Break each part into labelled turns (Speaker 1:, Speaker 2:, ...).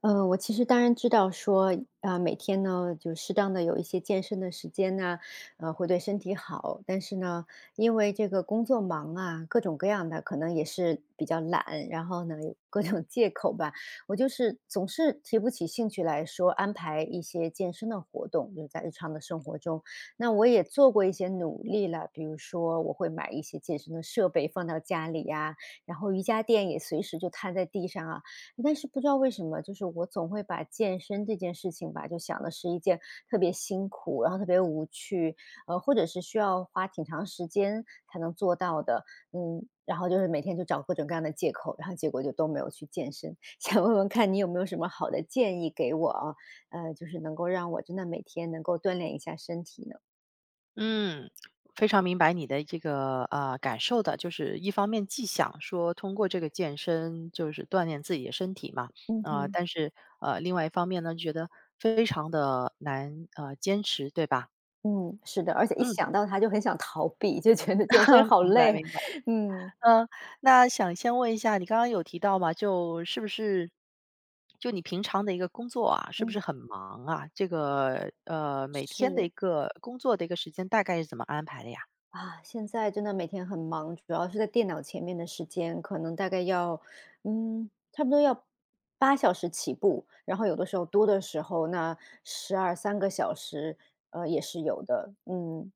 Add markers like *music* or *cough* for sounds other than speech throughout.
Speaker 1: 我其实当然知道说，啊、每天呢，就适当的有一些健身的时间呢，会对身体好。但是呢，因为这个工作忙啊，各种各样的，可能也是比较懒，然后呢，有 *laughs* 各种借口吧。我就是总是提不起兴趣来说安排一些健身的活动，就在日常的生活中。那我也做过一些努力了，比如说我会买一些健身的设备放到家里呀、然后瑜伽垫也随时就摊在地上啊，但是不知道为什么，就是我总会把健身这件事情吧，就想的是一件特别辛苦，然后特别无趣，或者是需要花挺长时间才能做到的，嗯，然后就是每天就找各种各样的借口，然后结果就都没有去健身。*laughs* 想问问看你有没有什么好的建议给我啊？就是能够让我真的每天能够锻炼一下身体呢？
Speaker 2: 嗯，非常明白你的这个感受的，就是一方面既想说通过这个健身就是锻炼自己的身体嘛，
Speaker 1: 嗯哼。
Speaker 2: 但是另外一方面呢，觉得非常的难坚持，对吧？
Speaker 1: 嗯，是的，而且一
Speaker 2: 嗯，
Speaker 1: 想到它就很想逃避，就觉得健身好
Speaker 2: 明白
Speaker 1: 累啊，
Speaker 2: 明白。
Speaker 1: *laughs* 嗯。
Speaker 2: 嗯，那想先问一下，你刚刚有提到嘛，就是不是就你平常的一个工作啊，是不是
Speaker 1: 嗯，
Speaker 2: 很忙啊？这个每天的
Speaker 1: 是。
Speaker 2: 一个工作的一个时间大概是怎么安排的呀？
Speaker 1: 啊，现在真的每天很忙，主要是在电脑前面的时间，可能大概要，嗯，差不多要8小时起步，然后有的时候多的时候，那12、3个小时，也是有的，嗯，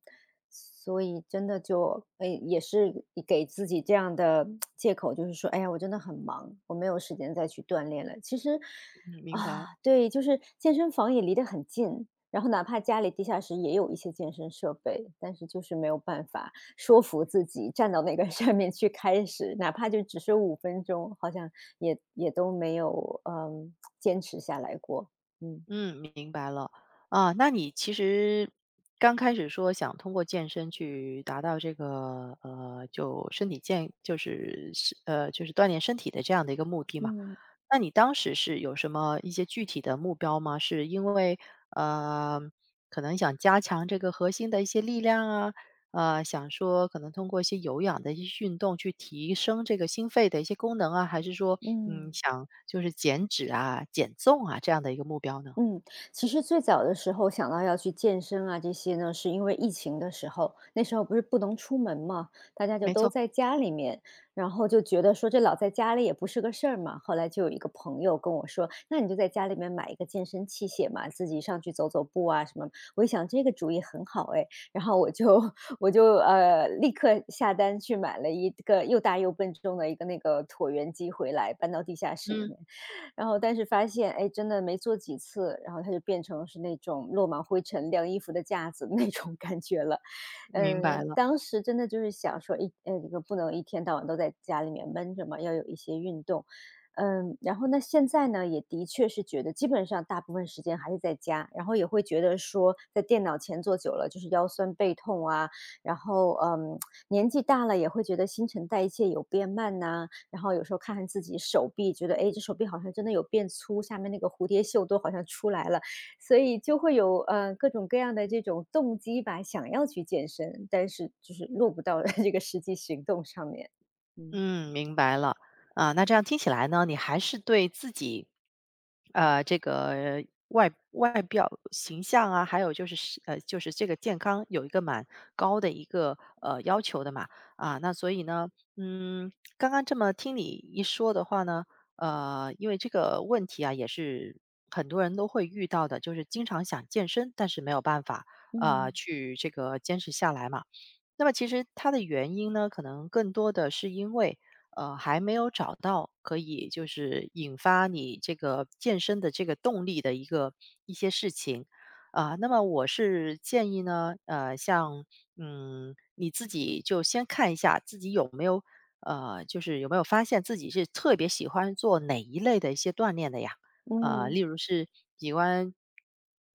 Speaker 1: 所以真的就，哎，也是给自己这样的借口，就是说，哎呀，我真的很忙，我没有时间再去锻炼了。其实，
Speaker 2: 嗯，明白。
Speaker 1: 啊，对，就是健身房也离得很近，然后哪怕家里地下室也有一些健身设备，但是就是没有办法说服自己站到那个 *laughs* 上面去开始，哪怕就只是5分钟，好像也都没有，嗯，坚持下来过，嗯。
Speaker 2: 嗯，明白了。啊，那你其实刚开始说想通过健身去达到这个，就身体健，就是，就是锻炼身体的这样的一个目的嘛。
Speaker 1: 嗯。
Speaker 2: 那你当时是有什么一些具体的目标吗？是因为呃，可能想加强这个核心的一些力量啊，想说可能通过一些有氧的一些运动去提升这个心肺的一些功能啊，还是说嗯，
Speaker 1: 嗯。
Speaker 2: 想就是减脂啊、减重啊这样的一个目标呢？
Speaker 1: 嗯，其实最早的时候想到要去健身啊这些呢，是因为疫情的时候，那时候不是不能出门嘛，大家就
Speaker 2: 没
Speaker 1: 都
Speaker 2: 错，
Speaker 1: 在家里面，然后就觉得说这老在家里也不是个事儿嘛。后来就有一个朋友跟我说：“那你就在家里面买一个健身器械嘛，自己上去走走步啊什么。”我一想这个主意很好哎，然后我就 *laughs* 我就立刻下单去买了一个又大又笨重的一个那个椭圆机回来，搬到地下室里
Speaker 2: 嗯，
Speaker 1: 面。然后但是发现，哎，真的没做几次，然后它就变成是那种落满灰尘晾衣服的架子那种感觉了。
Speaker 2: 明白
Speaker 1: 嗯，
Speaker 2: 了，
Speaker 1: 当时真的就是想说这个不能一天到晚都在家里面闷着嘛，要有一些运动。嗯，然后那现在呢，也的确是觉得基本上大部分时间还是在家，然后也会觉得说在电脑前坐久了就是腰酸背痛啊，然后嗯，*tsk* 年纪大了也会觉得新陈代谢有变慢呐、然后有时候看看自己手臂，觉得哎诶，这手臂好像真的有变粗，下面那个蝴蝶袖都好像出来了，所以就会有各种各样的这种动机吧，想要去健身，但是就是落不到 *laughs* 这个实际行动上面。嗯。
Speaker 2: 嗯，明白了。啊，那这样听起来呢，你还是对自己，这个外表形象啊，还有，就是这个健康有一个蛮高的一个要求的嘛。啊，那所以呢，嗯，刚刚这么听你一说的话呢，因为这个问题啊，也是很多人都会遇到的，就是经常想健身，但是没有办法
Speaker 1: 嗯。
Speaker 2: 去这个坚持下来嘛。那么其实它的原因呢，可能更多的是因为，还没有找到可以就是引发你这个健身的这个动力的一个一些事情。啊，那么我是建议呢，像嗯，你自己就先看一下自己有没有，就是有没有发现自己是特别喜欢做哪一类的一些锻炼的呀？例
Speaker 1: 嗯。
Speaker 2: 如是喜欢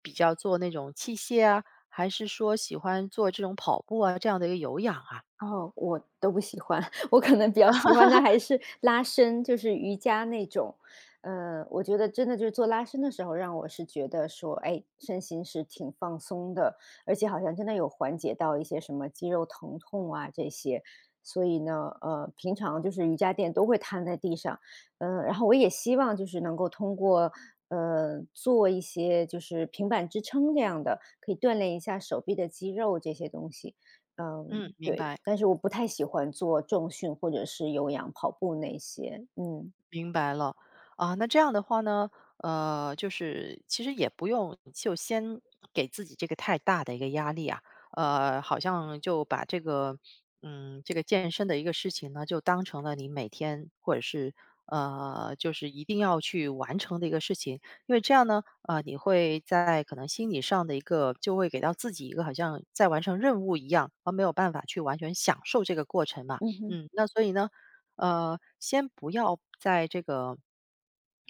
Speaker 2: 比较做那种器械啊，还是说喜欢做这种跑步啊，这样的一个有氧啊？
Speaker 1: 哦，我都不喜欢，*laughs* 我可能比较喜欢的还是拉伸，就是瑜伽那种。我觉得真的就是做拉伸的时候，让我是觉得说，哎，身心是挺放松的，而且好像真的有缓解到一些什么肌肉疼痛啊这些。所以呢，呃，平常就是瑜伽垫都会摊在地上，嗯、然后我也希望就是能够通过做一些就是平板支撑这样的，可以锻炼一下手臂的肌肉这些东西。
Speaker 2: 嗯，
Speaker 1: 嗯，
Speaker 2: 明
Speaker 1: 对，
Speaker 2: 白。
Speaker 1: 但是我不太喜欢做重训或者是有氧跑步那些，嗯。
Speaker 2: 明白了，啊，那这样的话呢，就是其实也不用就先给自己这个太大的一个压力啊，好像就把这个，嗯，这个健身的一个事情呢，就当成了你每天或者是就是一定要去完成的一个事情，因为这样呢，你会在可能心理上的一个就会给到自己一个好像在完成任务一样，而没有办法去完全享受这个过程嘛，
Speaker 1: 嗯哼。
Speaker 2: 嗯，那所以呢。先不要在这个，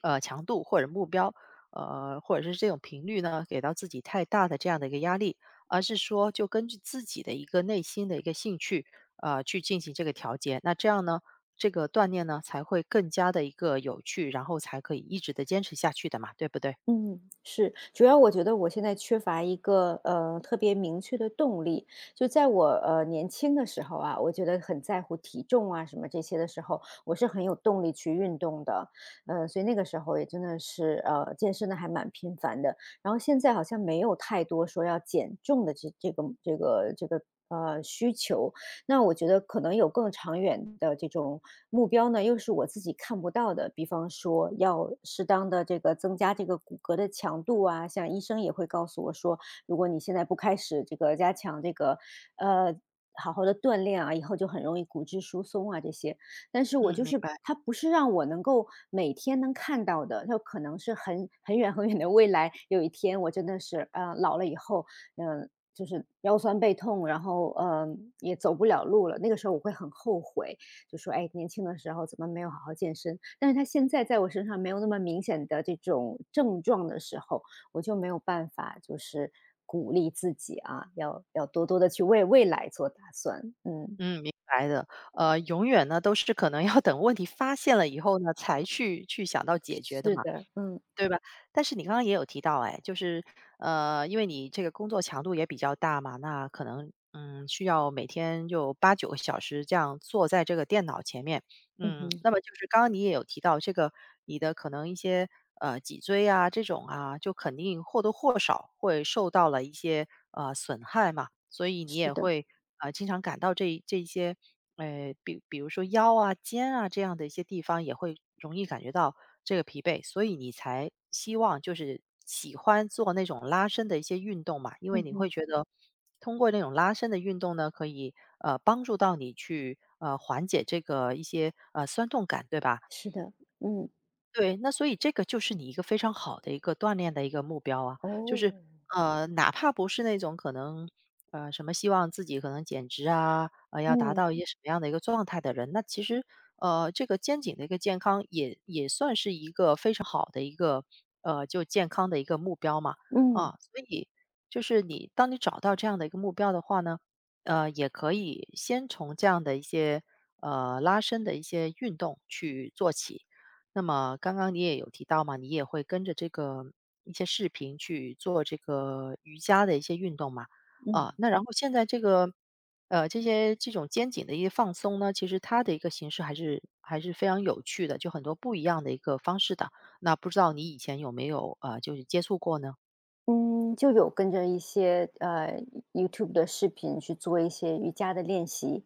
Speaker 2: 强度或者目标，或者是这种频率呢，给到自己太大的这样的一个压力，而是说就根据自己的一个内心的一个兴趣，去进行这个调节。那这样呢，这个锻炼呢才会更加的一个有趣，然后才可以一直的坚持下去的嘛，对不对？
Speaker 1: 嗯，是，主要我觉得我现在缺乏一个特别明确的动力。就在我年轻的时候啊，我觉得很在乎体重啊什么这些的时候，我是很有动力去运动的，嗯、所以那个时候也真的是健身的还蛮频繁的。然后现在好像没有太多说要减重的这个需求，那我觉得可能有更长远的这种目标呢，又是我自己看不到的，比方说要适当的这个增加这个骨骼的强度啊，像医生也会告诉我说，如果你现在不开始这个加强这个，呃，好好的锻炼啊，以后就很容易骨质疏松啊这些。但是我
Speaker 2: 嗯，
Speaker 1: 就
Speaker 2: 明
Speaker 1: 是
Speaker 2: 白，
Speaker 1: 它不是让我能够每天能看到的，它可能是很远很远的未来，有一天我真的是，老了以后，嗯，就是腰酸背痛，然后，也走不了路了。那个时候我会很后悔，就说：“哎，年轻的时候怎么没有好好健身？”但是他现在在我身上没有那么明显的这种症状的时候，我就没有办法就是鼓励自己啊，要多多的去为未来做打算。嗯，
Speaker 2: 嗯，明白的。永远呢都是可能要等问题发现了以后呢，才去想到解决的
Speaker 1: 是
Speaker 2: 嘛。
Speaker 1: 的，嗯。
Speaker 2: 对吧？但是你刚刚也有提到哎，就是因为你这个工作强度也比较大嘛，那可能嗯，需要每天就八九个小时这样坐在这个电脑前面。
Speaker 1: 嗯
Speaker 2: 嗯，
Speaker 1: 哼。
Speaker 2: 那么就是刚刚你也有提到这个，你的可能一些脊椎啊这种啊，就肯定或多或少会受到了一些损害嘛，所以你
Speaker 1: 是
Speaker 2: 也
Speaker 1: 的。
Speaker 2: 会经常感到这一些，比如说腰啊、肩啊这样的一些地方也会容易感觉到这个疲惫，所以你才希望就是喜欢做那种拉伸的一些运动嘛，因为
Speaker 1: 嗯
Speaker 2: 你会
Speaker 1: 哼。
Speaker 2: 觉得。通过那种拉伸的运动呢，可以帮助到你去缓解这个一些酸痛感，对吧？
Speaker 1: 是的。嗯。
Speaker 2: 对，那所以这个就是你一个非常好的一个锻炼的一个目标啊，就
Speaker 1: 哦。
Speaker 2: 是哪怕不是那种可能什么希望自己可能减脂啊，要达
Speaker 1: 嗯。
Speaker 2: 到一些什么样的一个状态的人，那其实这个肩颈的一个健康也算是一个非常好的一个就健康的一个目标嘛啊，
Speaker 1: 嗯。
Speaker 2: 所以就是你当你找到这样的一个目标的话呢，也可以先从这样的一些拉伸的一些运动去做起。那么刚刚你也有提到嘛，你也会跟着这个一些视频去做这个瑜伽的一些运动嘛，
Speaker 1: 嗯。
Speaker 2: 啊，那然后现在这个，这些这种肩颈的一些放松呢，其实它的一个形式还是非常有趣的，就很多不一样的一个方式的。那不知道你以前有没有就是接触过呢？
Speaker 1: 嗯，就有跟着一些，YouTube 的视频去做一些瑜伽的练习。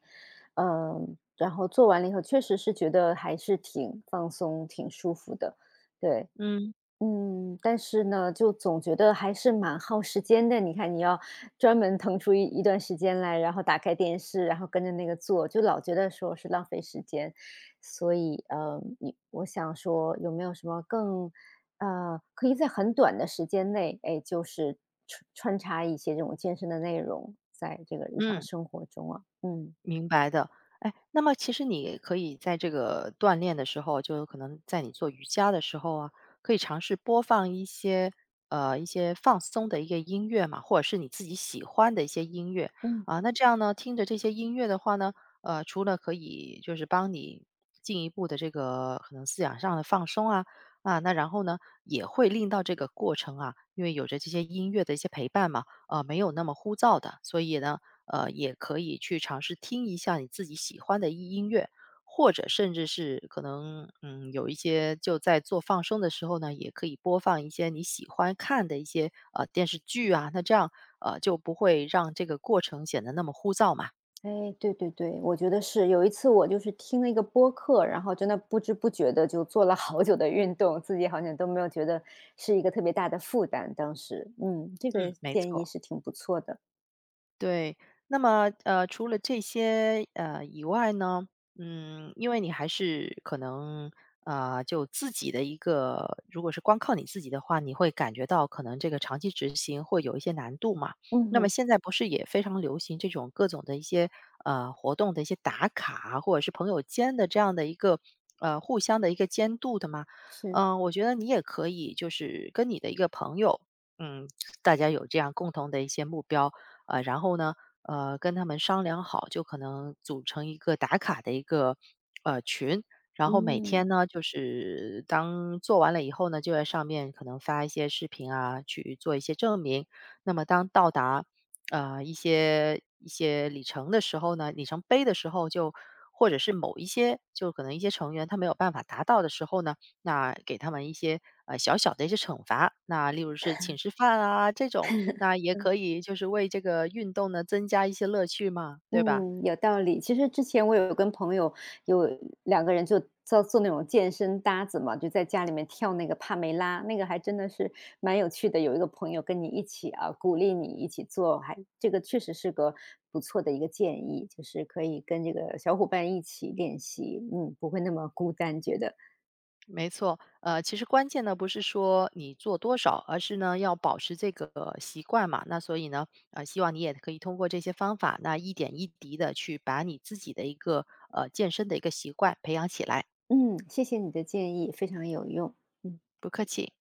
Speaker 1: 嗯，然后做完了以后，确实是觉得还是挺放松、挺舒服的，对。
Speaker 2: 嗯。
Speaker 1: 嗯，但是呢，就总觉得还是蛮耗时间的。你看，你要专门腾出一段时间来，然后打开电视，然后跟着那个做，就老觉得说是浪费时间。所以，你我想说，有没有什么更，可以在很短的时间内，哎，就是穿插一些这种健身的内容在这个日常
Speaker 2: 嗯。
Speaker 1: 生活中啊？嗯。
Speaker 2: 明白的，哎，那么其实你可以在这个锻炼的时候，就可能在你做瑜伽的时候啊，可以尝试播放一些一些放松的一个音乐嘛，或者是你自己喜欢的一些音乐
Speaker 1: 嗯。
Speaker 2: 啊。那这样呢，听着这些音乐的话呢，除了可以就是帮你进一步的这个可能思想上的放松啊啊，那然后呢，也会令到这个过程啊，因为有着这些音乐的一些陪伴嘛，没有那么枯燥的，所以呢。也可以去尝试听一下你自己喜欢的一音乐，或者甚至是可能，嗯，有一些就在做放松的时候呢，也可以播放一些你喜欢看的一些电视剧啊，那这样就不会让这个过程显得那么枯燥嘛。
Speaker 1: 哎，对对对，我觉得是。有一次我就是听了一个播客，然后真的不知不觉的就做了好久的运动，自己好像都没有觉得是一个特别大的负担，当时。嗯，这个
Speaker 2: 嗯，没
Speaker 1: 建议
Speaker 2: 错。
Speaker 1: 是挺不错的。
Speaker 2: 对，那么除了这些以外呢，嗯，因为你还是可能就自己的一个，如果是光靠你自己的话，你会感觉到可能这个长期执行会有一些难度嘛。
Speaker 1: 嗯
Speaker 2: 那么
Speaker 1: 哼。
Speaker 2: 现在不是也非常流行这种各种的一些活动的一些打卡，或者是朋友间的这样的一个互相的一个监督的吗？
Speaker 1: 是。
Speaker 2: 嗯、我觉得你也可以，就是跟你的一个朋友，嗯，大家有这样共同的一些目标。然后呢，跟他们商量好，就可能组成一个打卡的一个群，然后每天
Speaker 1: 嗯。
Speaker 2: 呢，就是当做完了以后呢，就在上面可能发一些视频啊，去做一些证明。那么当到达一些里程的时候呢，里程碑的时候就。或者是某一些，就可能一些成员他没有办法达到的时候呢，那给他们一些小小的一些惩罚，那例如是请吃饭啊这种，那也可以就是为这个运动呢增加一些乐趣嘛，对吧？
Speaker 1: 嗯，有道理。其实之前我有跟朋友有2个人就做做那种健身搭子嘛，就在家里面跳那个帕梅拉，那个还真的是蛮有趣的。有一个朋友跟你一起啊，鼓励你一起做，还这个确实是个不错的一个建议，就是可以跟这个小伙伴一起练习，嗯，不会那么孤单，觉得
Speaker 2: 没错，其实关键呢不是说你做多少，而是呢要保持这个习惯嘛。那所以呢，希望你也可以通过这些方法，那一点一滴的去把你自己的一个健身的一个习惯培养起来。
Speaker 1: 嗯，谢谢你的建议，非常有用，嗯。
Speaker 2: 不客气。